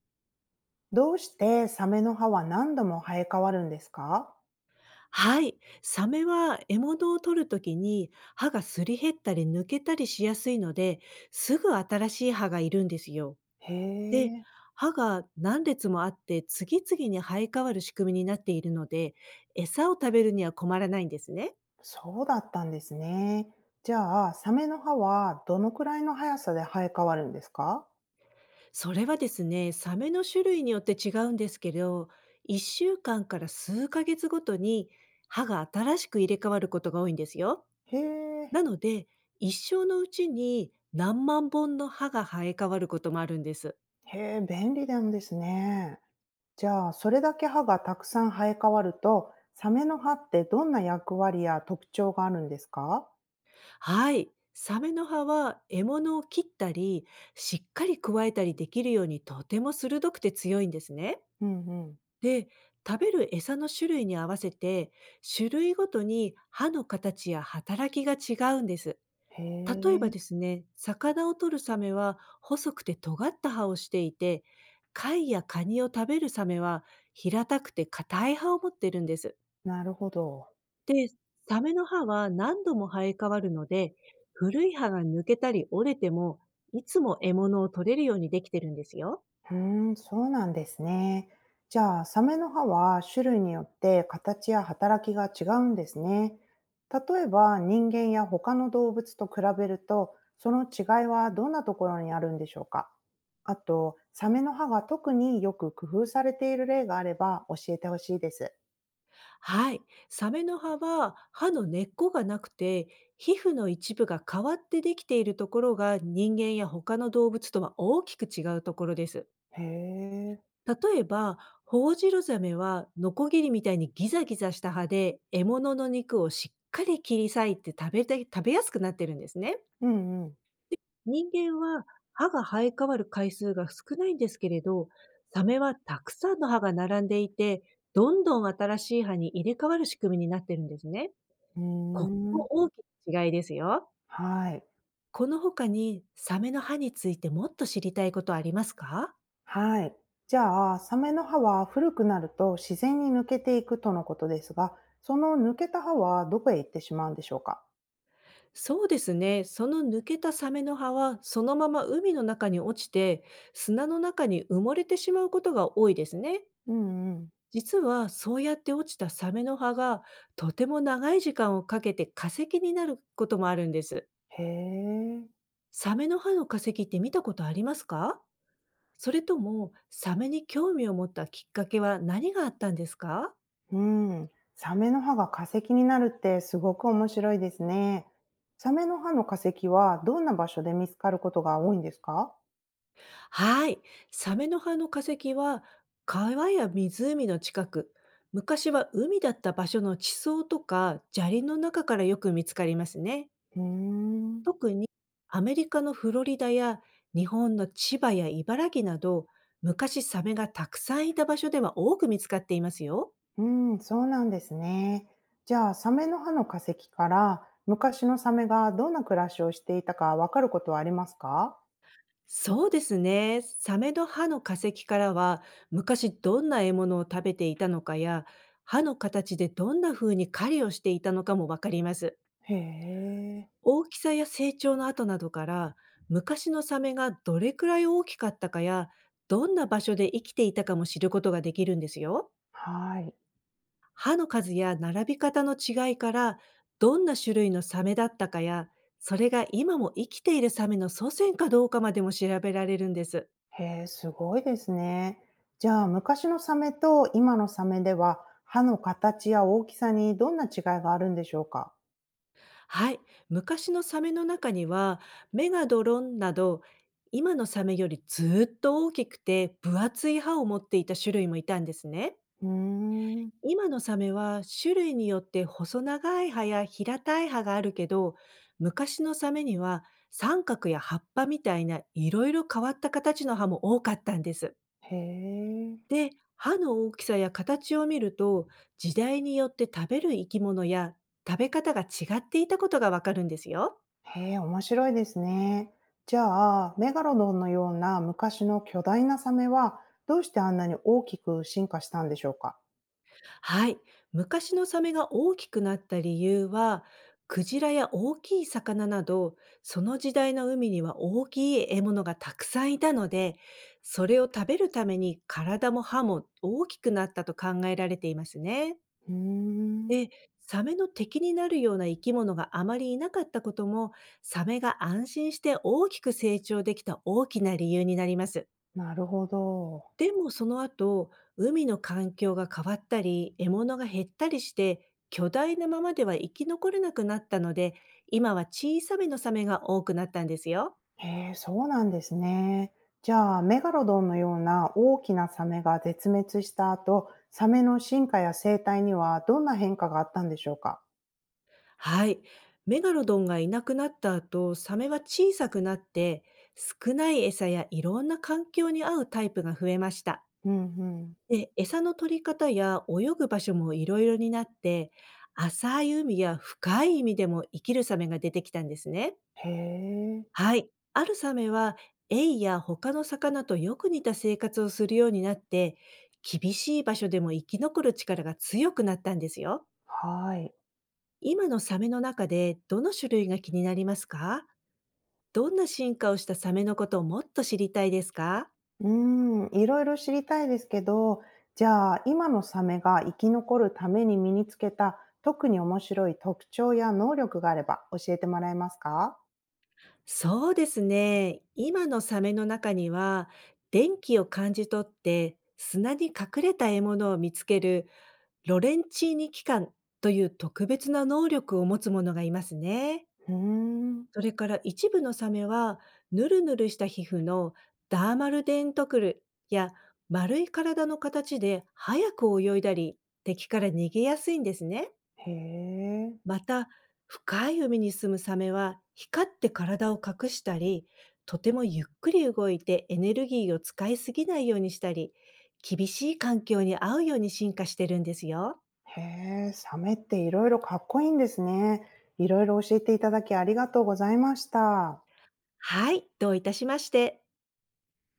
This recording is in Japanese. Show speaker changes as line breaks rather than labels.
どうしてサメの歯は何度も生え変わるんですか？
はい。サメは獲物を取るときに歯がすり減ったり抜けたりしやすいので、すぐ新しい歯がいるんですよ。
へ
で、
え、
歯が何列もあって次々に生え変わる仕組みになっているので、餌を食べるには困らないんですね。
そうだったんですね。じゃあ、サメの歯はどのくらいの速さで生え変わるんですか？
それはですね、サメの種類によって違うんですけど、1週間かんから数ヶ月ごとに歯が新しく入れ替わることが多いんですよ。
へえ、
なので、一生のうちに何万本の歯が生え変わることもあるんです。
へえ、便利なんですね。じゃあ、それだけ歯がたくさん生え変わると、サメの歯ってどんな役割や特徴があるんですか？
はい。サメの歯は獲物を切ったり、しっかりくわえたりできるようにとても鋭くて強いんですね。
うんうん。
で、食べる餌の種類に合わせて、種類ごとに歯の形や働きが違うんです。
へ
例えば
え、
ですね、魚を取るサメは細くて尖った歯をしていて、貝やカニを食べるサメは平たくて硬い歯を持ってるんです。
なるほど。
で、サメの歯は何度も生え変わるので、古い歯が抜けたり折れても、いつも獲物を取れるようにできてるんですよ。
うーん、そうなんですね。じゃあ、サメの歯は種類によって形や働きが違うんですね。例えば、人間や他の動物と比べると、その違いはどんなところにあるんでしょうか？あと、サメの歯が特によく工夫されている例があれば教えてほしいです。
はい。サメの歯は歯の根っこがなくて、皮膚の一部が変わってできているところが人間や他の動物とは大きく違うところです。
へえ、
例えば、ホホジロザメはノコギリみたいにギザギザした歯で獲物の肉をしっかり切り裂いて食べて食べやすくなってるんですね。
うんうん。
人間は歯が生え変わる回数が少ないんですけれど、サメはたくさんの歯が並んでいて、どんどん新しい歯に入れ替わる仕組みになってるんですね。
うー
ここも
ん、
大きな違いですよ。
はい。
この他にサメの歯についてもっと知りたいことありますか？
はい。じゃあ、サメの歯は古くなると自然に抜けていくとのことですが、その抜けた歯はどこへ行ってしまうんでしょうか？
そうですね。その抜けたサメの葉は、そのまま海の中に落ちて、砂の中に埋もれてしまうことが多いですね。
うんうん。
実は、そうやって落ちたサメの葉が、とても長い時間をかけて化石になることもあるんです。
へえ。
サメの葉の化石って見たことありますか？それとも、サメに興味を持ったきっかけは何があったんですか？
うん。サメの歯が化石になるってすごく面白いですね。サメの歯の化石はどんな場所で見つかることが多いんですか？
はい。サメの歯の化石は、川や湖の近く、昔は海だった場所の地層とか砂利の中からよく見つかりますね。
うーん。
特にアメリカのフロリダや日本の千葉や茨城など、昔サメがたくさんいた場所では多く見つかっていますよ。
うん、そうなんですね。じゃあ、サメの歯の化石から昔のサメがどんな暮らしをしていたかわかることはありますか？
そうですね。サメの歯の化石からは、昔どんな獲物を食べていたのかや、歯の形でどんな風に狩りをしていたのかもわかります。
へえ、
大きさや成長の跡などから、昔のサメがどれくらい大きかったかや、どんな場所で生きていたかも知ることができるんですよ。
はい。
歯の数や並び方の違いから、どんな種類のサメだったかや、それが今も生きているサメの祖先かどうかまでも調べられるんです。
へえ、すごいですね。じゃあ、昔のサメと今のサメでは、歯の形や大きさにどんな違いがあるんでしょうか？
はい。昔のサメの中には、メガドロンなど、今のサメよりずーっと大きくて分厚い歯を持っていた種類もいたんですね。
うーん。
今のサメは種類によって細長い葉や平たい葉があるけど、昔のサメには三角や葉っぱみたいないろいろ変わった形の葉も多かったんです。
へえ。
で、歯の大きさや形を見ると、時代によって食べる生き物や食べ方が違っていたことがわかるんですよ。
へえ、面白いですね。じゃあ、メガロドンのような昔の巨大なサメは、どうしてあんなに大きく進化したんでしょうか？
はい。昔のサメが大きくなった理由は、クジラや大きい魚など、その時代の海には大きい獲物がたくさんいたので、それを食べるために体も歯も大きくなったと考えられていますね。
うーん。
で、サメの敵になるような生き物があまりいなかったことも、サメが安心して大きく成長できた大きな理由になります。
なるほど。
でもその後、海の環境が変わったり、獲物が減ったりして、巨大なままでは生き残れなくなったので、今は小さめのサメが多くなったんですよ。
へえ、そうなんですね。じゃあ、メガロドンのような大きなサメが絶滅した後、サメの進化や生態にはどんな変化があったんでしょうか？
はい。メガロドンがいなくなった後、サメは小さくなって、少ない餌やいろんな環境に合うタイプが増えました。
うんうん。
で、餌の取り方や泳ぐ場所もいろいろになって、浅い海や深い海でも生きるサメが出てきたんですね。
へえ、
はい。あるサメは、エイや他の魚とよく似た生活をするようになって、厳しい場所でも生き残る力が強くなったんですよ。
はい。
今のサメの中でどの種類が気になりますか？どんな進化をしたサメのことをもっと知りたいですか？
うん、いろいろ知りたいですけど、じゃあ、今のサメが生き残るために身につけた特に面白い特徴や能力があれば教えてもらえますか？
そうですね。今のサメの中には、電気を感じ取って砂に隠れた獲物を見つけるロレンチーニ機関という特別な能力を持つものがいますね。
うーん、
それから一部のサメは、ヌルヌルした皮膚のダーマルデントクルや丸い体の形で早く泳いだり、敵から逃げやすいんですね。
へえ。
また、深い海に住むサメは光って体を隠したり、とてもゆっくり動いてエネルギーを使いすぎないようにしたり、厳しい環境に合うように進化してるんですよ。
へえ、サメっていろいろかっこいいんですね。いろいろ教えていただきありがとうございました。
はい、どういたしまして。